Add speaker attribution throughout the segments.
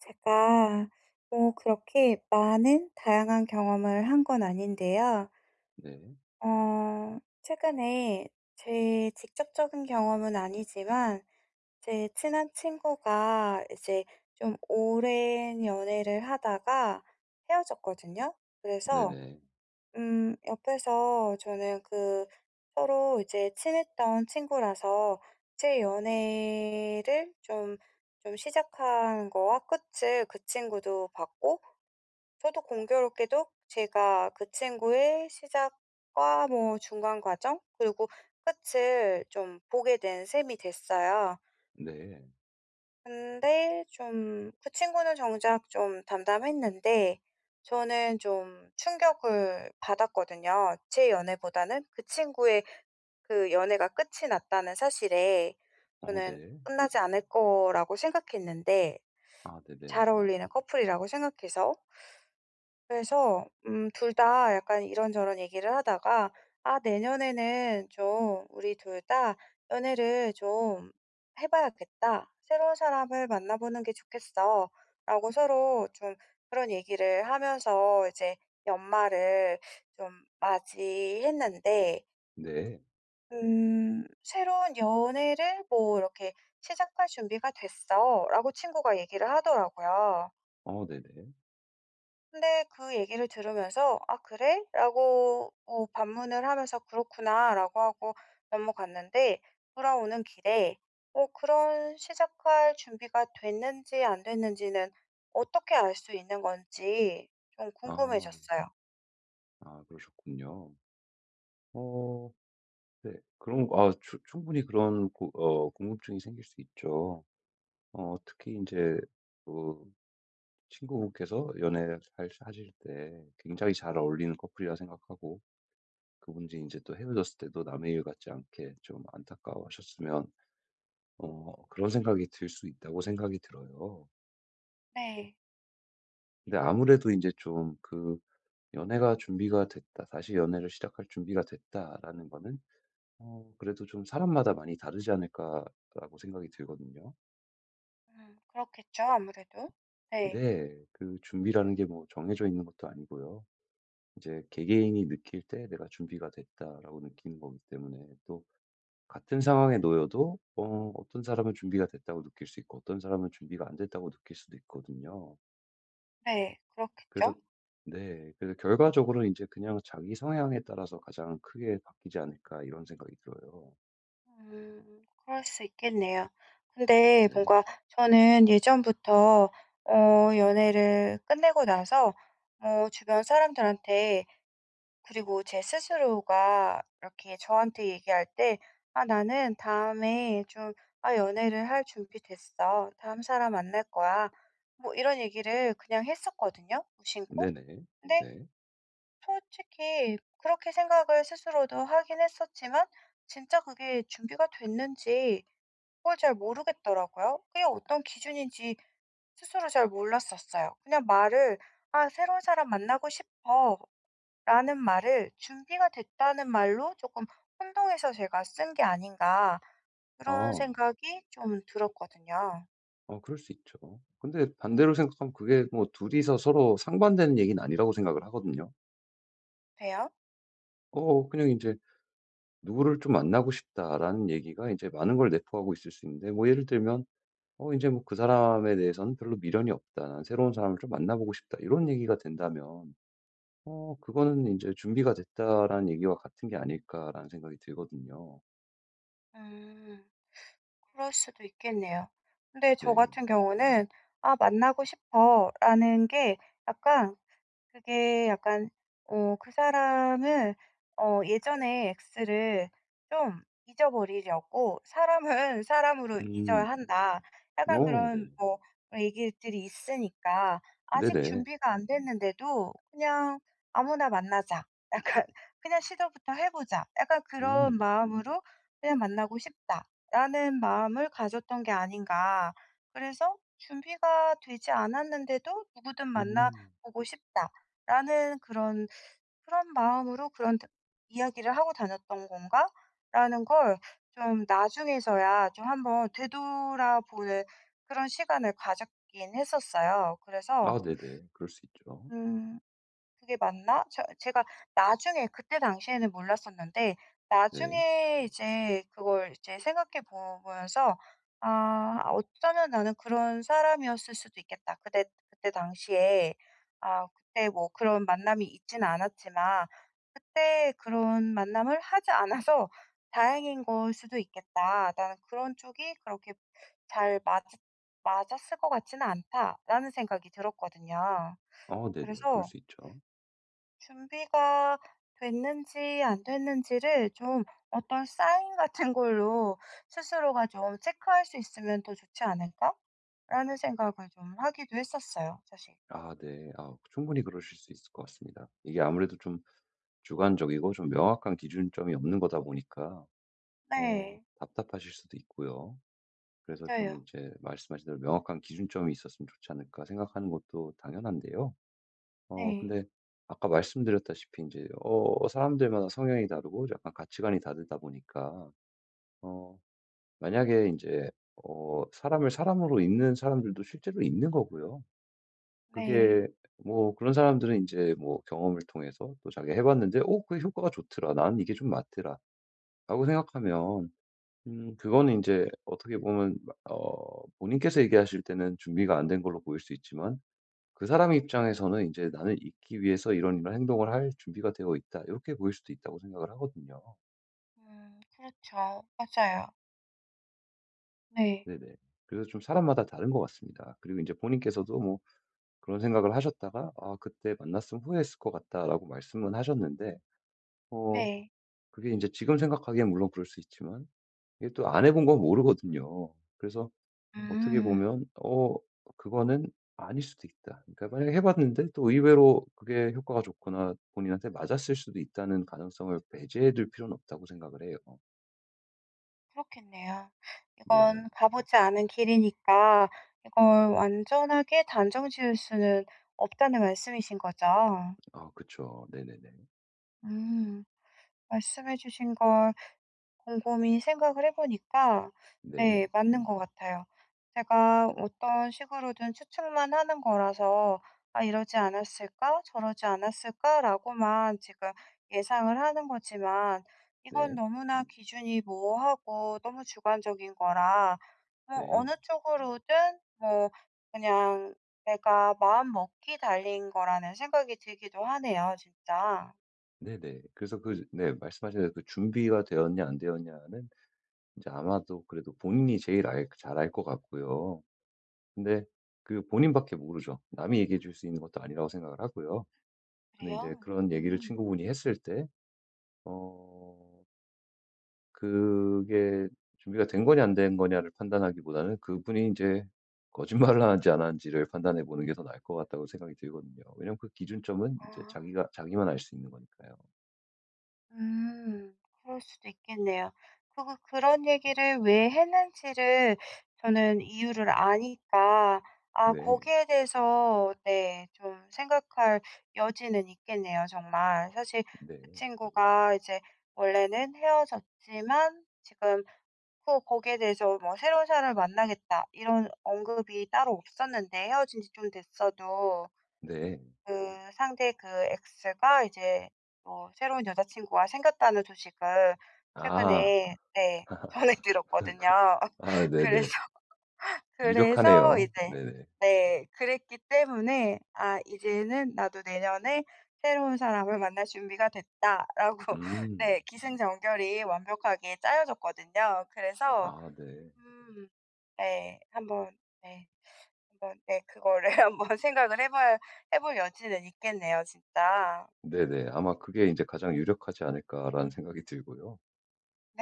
Speaker 1: 제가 뭐 그렇게 많은 다양한 경험을 한건 아닌데요.
Speaker 2: 네.
Speaker 1: 최근에 제 직접적인 경험은 아니지만 제 친한 친구가 이제 좀 오랜 연애를 하다가 헤어졌거든요. 그래서
Speaker 2: 네네.
Speaker 1: 옆에서 저는 그 서로 이제 친했던 친구라서 제 연애를 좀 시작한 거와 끝을 그 친구도 봤고 저도 공교롭게도 제가 그 친구의 시작과 뭐 중간 과정 그리고 끝을 좀 보게 된 셈이 됐어요.
Speaker 2: 네.
Speaker 1: 근데 좀 그 친구는 정작 좀 담담했는데 저는 좀 충격을 받았거든요. 제 연애보다는 그 친구의 그 연애가 끝이 났다는 사실에
Speaker 2: 어
Speaker 1: 저는
Speaker 2: 네.
Speaker 1: 끝나지 않을 거라고 생각했는데
Speaker 2: 아 네네.
Speaker 1: 잘 어울리는 커플이라고 생각해서 그래서 둘 다 약간 이런저런 얘기를 하다가 "아 내년에는 좀 우리 둘 다 연애를 좀 해 봐야겠다. 새로운 사람을 만나 보는 게 좋겠어."라고 서로 좀 그런 얘기를 하면서 이제 연말을 좀 맞이했는데
Speaker 2: 네.
Speaker 1: "새로운 연애를 뭐 이렇게 시작할 준비가 됐어."라고 친구가 얘기를 하더라고요.
Speaker 2: 어 네네.
Speaker 1: 근데 그 얘기를 들으면서 '아 그래?' 라고 반문을 하면서 '그렇구나.'라고 하고 넘어갔는데 돌아오는 길에 그런 시작할 준비가 됐는지 안 됐는지는 어떻게 알 수 있는 건지 좀
Speaker 2: 아.
Speaker 1: 궁금해졌어요.
Speaker 2: 아 그러셨군요. 어 네. 그런 아 추 충분히 그런 고 어 궁금증이 생길 수 있죠. 특히 이제 그 친구분께서 연애를 하실 때 굉장히 잘 어울리는 커플이라 생각하고 그분이 이제 또 헤어졌을 때도 남의 일 같지 않게 좀 안타까워하셨으면 그런 생각이 들 수 있다고 생각이 들어요.
Speaker 1: 네.
Speaker 2: 근데 아무래도 이제좀그 연애가 준비가 됐다. 다시 연애를 시작할 준비가 됐다라는 거는 그래도 좀 사람마다 많이 다르지 않을까라고 생각이 들거든요.
Speaker 1: 그렇겠죠 아무래도. 네.
Speaker 2: 근데 그 준비라는 게 뭐 정해져 있는 것도 아니고요. 이제 개개인이 느낄 때 내가 준비가 됐다라고 느끼는 거기 때문에 또 같은 상황에 놓여도 어떤 사람은 준비가 됐다고 느낄 수 있고 어떤 사람은 준비가 안 됐다고 느낄 수도 있거든요.
Speaker 1: 네.
Speaker 2: 그래서
Speaker 1: 그렇겠죠.
Speaker 2: 네. 그래서 결과적으로 이제 그냥 '자기 성향에 따라서 가장 크게 바뀌지 않을까.' 이런 생각이 들어요.
Speaker 1: 음. 그럴 수 있겠네요. 근데
Speaker 2: 네.
Speaker 1: 뭔가 저는 예전부터 연애를 끝내고 나서 주변 사람들한테 그리고 제 스스로가 이렇게 저한테 얘기할 때 "아 나는 다음에 좀 아 연애를 할 준비 됐어. 다음 사람 만날 거야." 뭐 이런 얘기를 그냥 했었거든요 무심코.
Speaker 2: 네네.
Speaker 1: 근데
Speaker 2: 네.
Speaker 1: 솔직히 그렇게 생각을 스스로도 하긴 했었지만 진짜 그게 준비가 됐는지 그걸 잘 모르겠더라고요. 그게 어떤 기준인지 스스로 잘 몰랐었어요. 그냥 말을 '아 새로운 사람 만나고 싶어.'라는 말을 '준비가 됐다.'는 말로 조금 혼동해서 제가 쓴 게 아닌가 그런
Speaker 2: 아.
Speaker 1: 생각이 좀 들었거든요.
Speaker 2: 그럴 수 있죠. 근데 반대로 생각하면 그게 뭐 둘이서 서로 상반되는 얘기는 아니라고 생각을 하거든요.
Speaker 1: 그래요?
Speaker 2: 그냥 이제 "누구를 좀 만나고 싶다."라는 얘기가 이제 많은 걸 내포하고 있을 수 있는데 뭐 예를 들면 이제 뭐 "그 사람에 대해서는 별로 미련이 없다. 난 새로운 사람을 좀 만나 보고 싶다." 이런 얘기가 된다면 그거는 이제 '준비가 됐다.'라는 얘기와 같은 게 아닐까라는 생각이 들거든요.
Speaker 1: 음. 그럴 수도 있겠네요. 근데 저
Speaker 2: 네.
Speaker 1: 같은 경우는 '아 만나고 싶어.'라는 게 약간 그게 약간 그 사람은 예전에 X를 좀 잊어버리려고 '사람은 사람으로 잊어야
Speaker 2: 음.
Speaker 1: 한다.' 약간
Speaker 2: 어 네.
Speaker 1: 그런 뭐 그런 얘기들이 있으니까 '아직
Speaker 2: 네네.
Speaker 1: 준비가 안 됐는데도 그냥 아무나 만나자.' 약간 '그냥 시도부터 해 보자.' 약간 그런
Speaker 2: 음.
Speaker 1: 마음으로 '그냥 만나고 싶다.'라는 마음을 가졌던 게 아닌가. 그래서 '준비가 되지 않았는데도 누구든 만나
Speaker 2: 음.
Speaker 1: 보고 싶다.' 라는 그런 마음으로 그런 다 '이야기를 하고 다녔던 건가?'라는 걸 좀 나중에서야 좀 한번 되돌아보는 그런 시간을 가졌긴 했었어요. 그래서
Speaker 2: 아 네네. 그럴 수 있죠.
Speaker 1: 음 그게 맞나? 제가 나중에 그때 당시에는 몰랐었는데
Speaker 2: 네.
Speaker 1: 나중에 이제 그걸 이제 생각해 보면서 '아 어쩌면 나는 그런 사람이었을 수도 있겠다.' 그때 당시에 아 그때 뭐 그런 만남이 있지는 않았지만 '그때 그런 만남을 하지 않아서 다행인 걸 수도 있겠다. 나는 그런 쪽이 그렇게 잘 맞았을 것 같지는 않다.'라는 생각이 들었거든요.
Speaker 2: 아 네네. 그럴
Speaker 1: 그래서
Speaker 2: 수 있죠.
Speaker 1: 준비가 됐는지 안 됐는지를 좀 어떤 사인 같은 걸로 스스로가 좀 체크할 수 있으면 더 좋지 않을까라는 생각을 좀 하기도 했었어요 사실.
Speaker 2: 아 네. 아 충분히 그러실 수 있을 것 같습니다. 이게 아무래도 좀 주관적이고 좀 명확한 기준점이 없는 거다 보니까
Speaker 1: 네.
Speaker 2: 답답하실 수도 있고요. 그래서 좀
Speaker 1: 맞아요.
Speaker 2: 이제 말씀하신 대로 '명확한 기준점이 있었으면 좋지 않을까.' 생각하는 것도 당연한데요.
Speaker 1: 네.
Speaker 2: 근데 아까 말씀드렸다시피 이제 사람들마다 성향이 다르고 약간 가치관이 다르다 보니까 어 만약에 이제 사람을 사람으로 읽는 사람들도 실제로 있는 거고요.
Speaker 1: 네.
Speaker 2: 그게 뭐 그런 사람들은 이제 뭐 경험을 통해서 또 자기가 해 봤는데 오 그게 효과가 좋더라. 나는 이게 좀 맞더라.'라고 생각하면 그거는 이제 어떻게 보면 본인께서 얘기하실 때는 준비가 안 된 걸로 보일 수 있지만 그 사람 입장에서는 이제 '나는 읽기 위해서 이런 이런 행동을 할 준비가 되어 있다.' 이렇게 보일 수도 있다고 생각을 하거든요.
Speaker 1: 그렇죠. 맞아요. 네.
Speaker 2: 네네. 그래서 좀 사람마다 다른 것 같습니다. 그리고 이제 본인께서도 뭐 그런 생각을 하셨다가 "아 그때 만났으면 후회했을 것 같다."라고 말씀은 하셨는데 어
Speaker 1: 네.
Speaker 2: 그게 이제 지금 생각하기엔 물론 그럴 수 있지만 이게 또 안 해본 건 모르거든요. 그래서 어떻게
Speaker 1: 음.
Speaker 2: 보면 그거는 아닐 수도 있다. 그러니까 만약에 해 봤는데 또 의외로 그게 효과가 좋거나 본인한테 맞았을 수도 있다는 가능성을 배제해 둘 필요는 없다고 생각을 해요.
Speaker 1: 그렇겠네요.
Speaker 2: 네.
Speaker 1: 이건 가 보지 않은 길이니까 이걸 완전하게 단정 지을 수는 없다는 말씀이신 거죠?
Speaker 2: 아 그쵸. 네네네.
Speaker 1: 음. 말씀해 주신 걸 곰곰이 생각을 해 보니까
Speaker 2: 네.
Speaker 1: 네 맞는 것 같아요. 제가 어떤 식으로든 추측만 하는 거라서 '아 이러지 않았을까? 저러지 않았을까?'라고만 지금 예상을 하는 거지만 이건
Speaker 2: 네.
Speaker 1: 너무나 기준이 모호하고 너무 주관적인 거라 뭐
Speaker 2: 네.
Speaker 1: 어느 쪽으로든 뭐 그냥 내가 마음 먹기 달린 거라는 생각이 들기도 하네요 진짜.
Speaker 2: 네네. 그래서 그 네 말씀하신 대로 그 준비가 되었냐 안 되었냐는 이제 아마도 그래도 본인이 제일 알 잘 알 것 같고요. 근데 그 본인밖에 모르죠. 남이 얘기해 줄 수 있는 것도 아니라고 생각을 하고요. 근데 이제
Speaker 1: 그래요?
Speaker 2: 그런 얘기를
Speaker 1: 음.
Speaker 2: 친구분이 했을 때 어 그게 준비가 된 거냐 안 된 거냐를 판단하기보다는 그분이 이제 거짓말을 하는지 안 하는지를 판단해 보는 게 더 나을 것 같다고 생각이 들거든요. 왜냐면 그 기준점은 이제
Speaker 1: 아
Speaker 2: 자기가 자기만 알 수 있는 거니까요.
Speaker 1: 그럴 수도 있겠네요. 그리고 그런 얘기를 왜 했는지를 저는 이유를 아니까 아
Speaker 2: 네.
Speaker 1: 거기에 대해서 네 좀 생각할 여지는 있겠네요 정말. 사실
Speaker 2: 네.
Speaker 1: 그 친구가 이제 원래는 헤어졌지만 지금 그 거기에 대해서 뭐 "새로운 사람을 만나겠다." 이런 언급이 따로 없었는데 헤어진 지 좀 됐어도
Speaker 2: 네.
Speaker 1: 그 상대 그 x 가 이제 뭐 새로운 여자친구가 생겼다는 소식을
Speaker 2: 아.
Speaker 1: 최근에 네 전해 들었거든요.
Speaker 2: 아
Speaker 1: 그래서
Speaker 2: 네네.
Speaker 1: 그래서
Speaker 2: 유력하네요.
Speaker 1: 이제
Speaker 2: 네네.
Speaker 1: 네 그랬기 때문에 '아 이제는 나도 내년에 새로운 사람을 만날 준비가 됐다.'라고
Speaker 2: 음.
Speaker 1: 네 기승전결이 완벽하게 짜여졌거든요. 그래서
Speaker 2: 아 네.
Speaker 1: 음 네 한번 네. 한번 네 그거를 한번 생각을 해 봐야 해볼 여지는 있겠네요 진짜. 음
Speaker 2: 네네. 아마 그게 이제 가장 유력하지 않을까라는 생각이 들고요.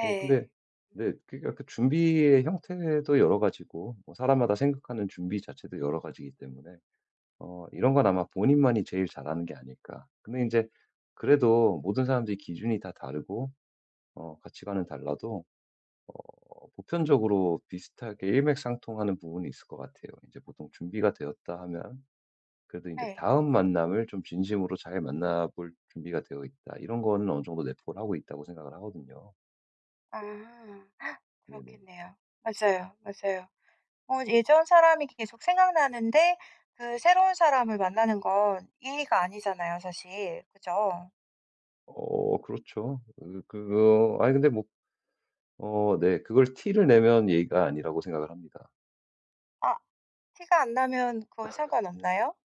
Speaker 2: 뭐 근데 네 그러니까 그 준비의 형태도 여러 가지고 뭐 사람마다 생각하는 준비 자체도 여러 가지이기 때문에 이런 건 아마 본인만이 제일 잘하는 게 아닐까. 근데 이제 그래도 모든 사람들이 기준이 다 다르고 가치관은 달라도 보편적으로 비슷하게 일맥상통하는 부분이 있을 것 같아요. 이제 보통 준비가 되었다 하면 그래도 이제
Speaker 1: 네.
Speaker 2: '다음 만남을 좀 진심으로 잘 만나 볼 준비가 되어 있다.' 이런 거는 어느 정도 내포를 하고 있다고 생각을 하거든요.
Speaker 1: 아
Speaker 2: 네네.
Speaker 1: 그렇겠네요. 맞아요, 맞아요. 예전 사람이 계속 생각나는데 그 새로운 사람을 만나는 건 예의가 아니잖아요 사실. 그죠?
Speaker 2: 어 그렇죠. 그거 아니 근데 뭐 어 네 그걸 티를 내면 예의가 아니라고 생각을 합니다.
Speaker 1: 아 티가 안 나면 그거 상관없나요?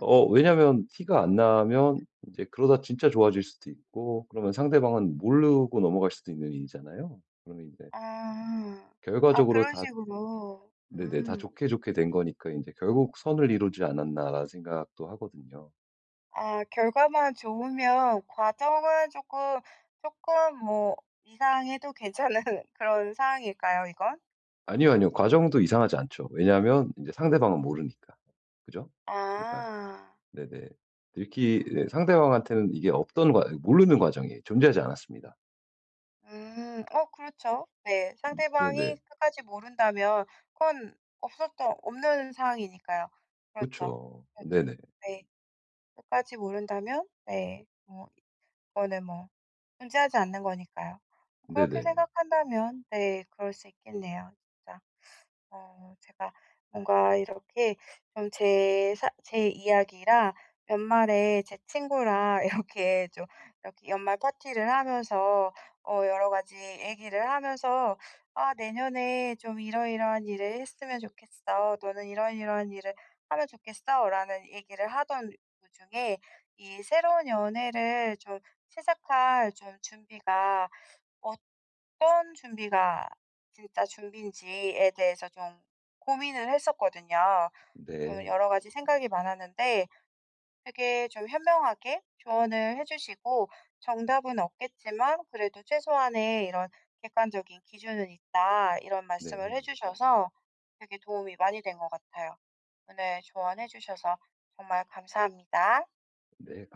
Speaker 2: 왜냐면 티가 안 나면 이제 그러다 진짜 좋아질 수도 있고 그러면 상대방은 모르고 넘어갈 수도 있는 일이잖아요. 그러면 이제
Speaker 1: 아. 아
Speaker 2: 결과적으로
Speaker 1: 그런
Speaker 2: 다
Speaker 1: 식으로.
Speaker 2: 네네 다
Speaker 1: 음.
Speaker 2: 좋게, 좋게 된 거니까 이제 '결국 선을 이루지 않았나.'라는 생각도 하거든요.
Speaker 1: 아 결과만 좋으면 과정은 조금 뭐 이상해도 괜찮은 그런 상황일까요 이건?
Speaker 2: 아니요, 아니요. 과정도 이상하지 않죠. 왜냐하면 이제 상대방은 모르니까. 그죠? 그러니까
Speaker 1: 아.
Speaker 2: 네네. 들키 예 상대방한테는 이게 없던 과 모르는 과정이에요. 존재하지 않았습니다.
Speaker 1: 음. 그렇죠. 네. 상대방이
Speaker 2: 네네.
Speaker 1: 끝까지 모른다면 그건 없었던 없는 상황이니까요. 그렇죠.
Speaker 2: 그쵸.
Speaker 1: 그렇죠.
Speaker 2: 네네.
Speaker 1: 네. 끝까지 모른다면 네. 뭐 이거는 뭐 존재하지 않는 거니까요. 그렇게
Speaker 2: 네네.
Speaker 1: 생각한다면 네 그럴 수 있겠네요 진짜. 제가 뭔가 이렇게 좀 제 이야기랑 연말에 제 친구랑 이렇게 좀 이렇게 연말 파티를 하면서 여러 가지 얘기를 하면서 "아 내년에 좀 이러이러한 일을 했으면 좋겠어. 너는 이런 이러한 일을 하면 좋겠어."라는 얘기를 하던 도중에 이 새로운 연애를 좀 시작할 좀 준비가 어 어떤 준비가 진짜 준비인지에 대해서 좀 고민을 했었거든요. 좀
Speaker 2: 네.
Speaker 1: 여러 가지 생각이 많았는데 되게 좀 현명하게 조언을 해 주시고 "정답은 없겠지만 그래도 최소한의 이런 객관적인 기준은 있다." 이런
Speaker 2: 네.
Speaker 1: 말씀을 해 주셔서 되게 도움이 많이 된 것 같아요. 오늘 조언해 주셔서 정말 감사합니다.
Speaker 2: 네. 감